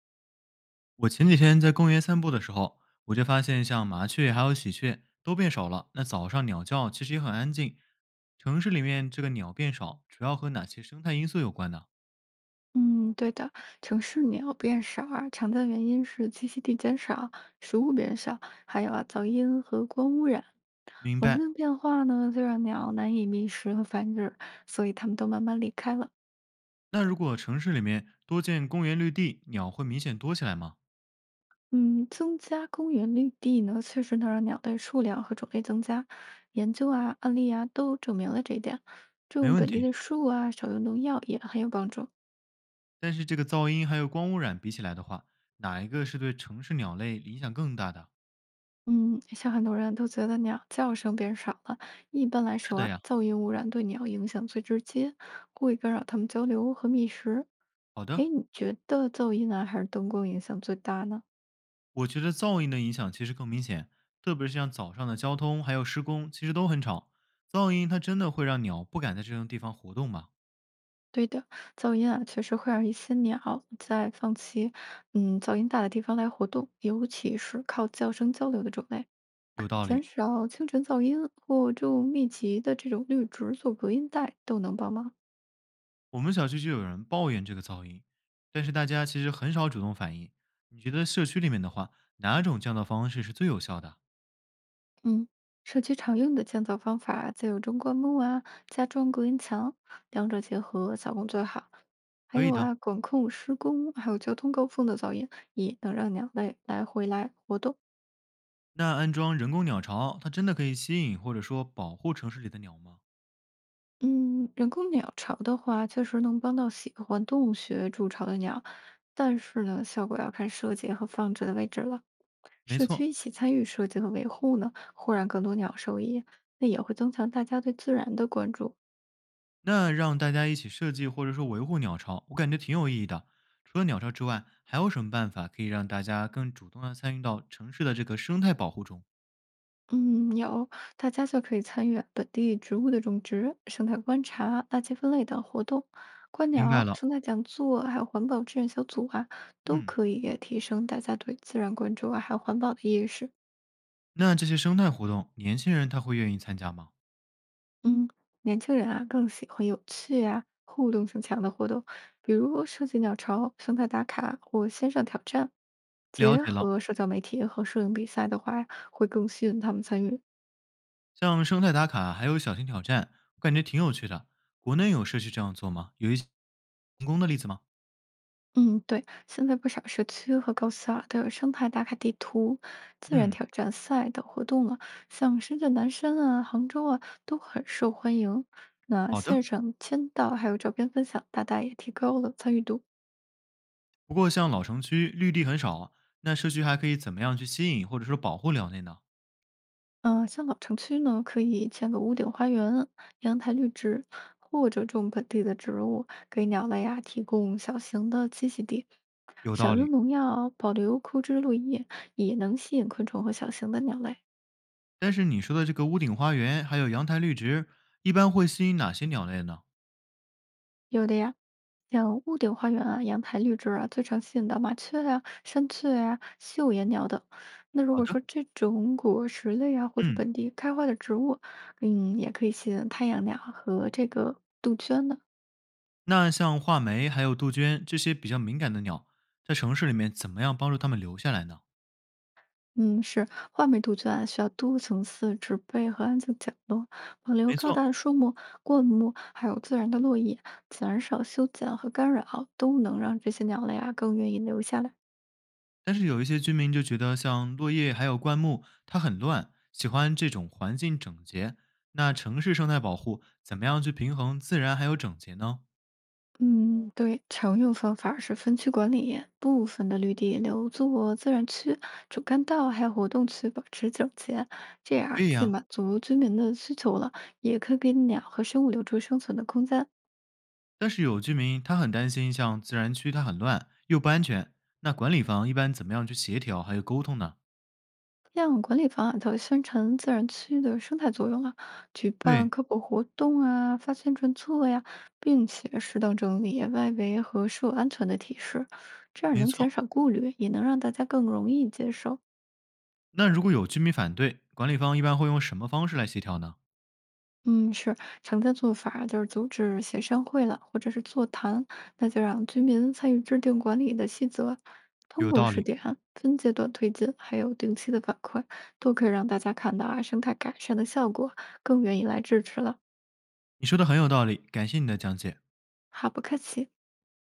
我前几天在公园散步的时候，我就发现像麻雀还有喜鹊都变少了。那早上鸟叫其实也很安静。城市里面这个鸟变少，主要和哪些生态因素有关呢？嗯，对的，城市鸟变少啊常见原因是栖息地减少、食物变少，还有啊噪音和光污染。明环白。境变化呢，就让鸟难以觅食和繁殖，所以它们都慢慢离开了。那如果城市里面多建公园绿地，鸟会明显多起来吗？嗯，增加公园绿地呢，确实能让鸟类数量和种类增加。研究啊、案例啊都证明了这一点。没种问本地题。的树啊，少用农药也很有帮助。但是这个噪音还有光污染比起来的话，哪一个是对城市鸟类影响更大的？嗯，像很多人都觉得鸟叫声变少了，一般来是说的啊，呀。噪音污染对鸟影响最直接，故意干扰它们交流和觅食。好的。哎，你觉得噪音啊还是灯光影响最大呢？我觉得噪音的影响其实更明显，特别是像早上的交通还有施工，其实都很吵。噪音它真的会让鸟不敢在这种地方活动吗？对的，噪音啊确实会让一些鸟在放弃噪音大的地方来活动，尤其是靠叫声交流的种类，有道减理，少清晨噪音或密集的绿植做隔音带都能帮忙。我们小区就有人抱怨这个噪音，但是大家其实很少主动反映。你觉得社区里面的话，哪种降噪方式是最有效的？嗯，社区常用的建造方法再有中灌木啊、加装隔音墙，两者结合效果最好。还可有以的，啊，管控施工，还有交通高峰的噪音，也能让鸟类来回来活动。那安装人工鸟巢，它真的可以吸引或者说保护城市里的鸟吗？嗯，人工鸟巢的话，确实能帮到喜欢动物学筑巢的鸟，但是呢，效果要看设计和放置的位置了。没社错，区一起参与设计和维护呢，会让更多鸟受益，那也会增强大家对自然的关注。那让大家一起设计或者说维护鸟巢，我感觉挺有意义的。除了鸟巢之外，还有什么办法可以让大家更主动的参与到城市的这个生态保护中？嗯，有，大家就可以参与本地植物的种植、生态观察、垃圾分类等活动。观明白鸟、了，生态讲座，还有环保志愿小组啊，都嗯，可以提升大家对自然关注啊，还有环保的意识。那这些生态活动，年轻人他会愿意参加吗？嗯，年轻人啊更喜欢有趣啊、互动性强的活动，比如设计鸟巢、生态打卡或线上挑战。了结解了，合社交媒体和摄影比赛的话，会更吸引他们参与。像生态打卡还有小型挑战，我感觉挺有趣的。国内有社区这样做吗？有一些成功的例子吗？嗯，对，现在不少社区和高校啊都有生态打卡地图、自然嗯，挑战赛等活动了，像深圳南山啊、杭州啊都很受欢迎。那好线的。上签到还有照片分享，大大也提高了参与度。不过像老城区绿地很少啊那社区还可以怎么样去吸引或者说保护鸟类呢？嗯、像老城区呢，可以建个屋顶花园、阳台绿植，或者种本地的植物，给鸟类呀、提供小型的栖息地。有少道用理。农药，保留枯枝落叶，也能吸引昆虫和小型的鸟类。但是你说的这个屋顶花园，还有阳台绿植，一般会吸引哪些鸟类呢？有的呀，像屋顶花园啊、阳台绿植啊，最常吸引到麻雀啊、山雀啊、绣眼鸟等。那如好果的，说这种果实类啊，或者嗯，本地开花的植物，嗯，也可以吸引太阳鸟和这个杜鹃的。那像画眉还有杜鹃这些比较敏感的鸟，在城市里面怎么样帮助它们留下来呢？嗯，是画眉杜鹃啊，需要多层次植被和安静角落，保留没高错，大的树木、灌木，还有自然的落叶，减少修剪和干扰，都能让这些鸟类啊更愿意留下来。但是有一些居民就觉得像落叶还有灌木，它很乱，喜欢这种环境整洁。那城市生态保护怎么样去平衡自然还有整洁呢？嗯，对，常用方法是分区管理，部分的绿地留作自然区、主干道还有活动区，保持整洁。这样可以既呀，满足居民的需求了，也可以给鸟和生物留出生存的空间。但是有居民他很担心，像自然区它很乱又不安全，那管理方一般怎么样去协调还有沟通呢？这样管理方案才会宣传自然区的生态作用啊，举对，办科普活动啊，发宣传册呀，并且适当整理外围和树安全的提示，这样没能减错。少顾虑，也能让大家更容易接受。那如果有居民反对，管理方一般会用什么方式来协调呢？嗯，是常见做法就是组织协商会了，或者是座谈，那就让居民参与制定管理的细则，通有过道试理，点、分阶段推进，还有定期的反馈，都可以让大家看到啊生态改善的效果，更愿意来支持了。你说的很有道理，感谢你的讲解。好，不客气。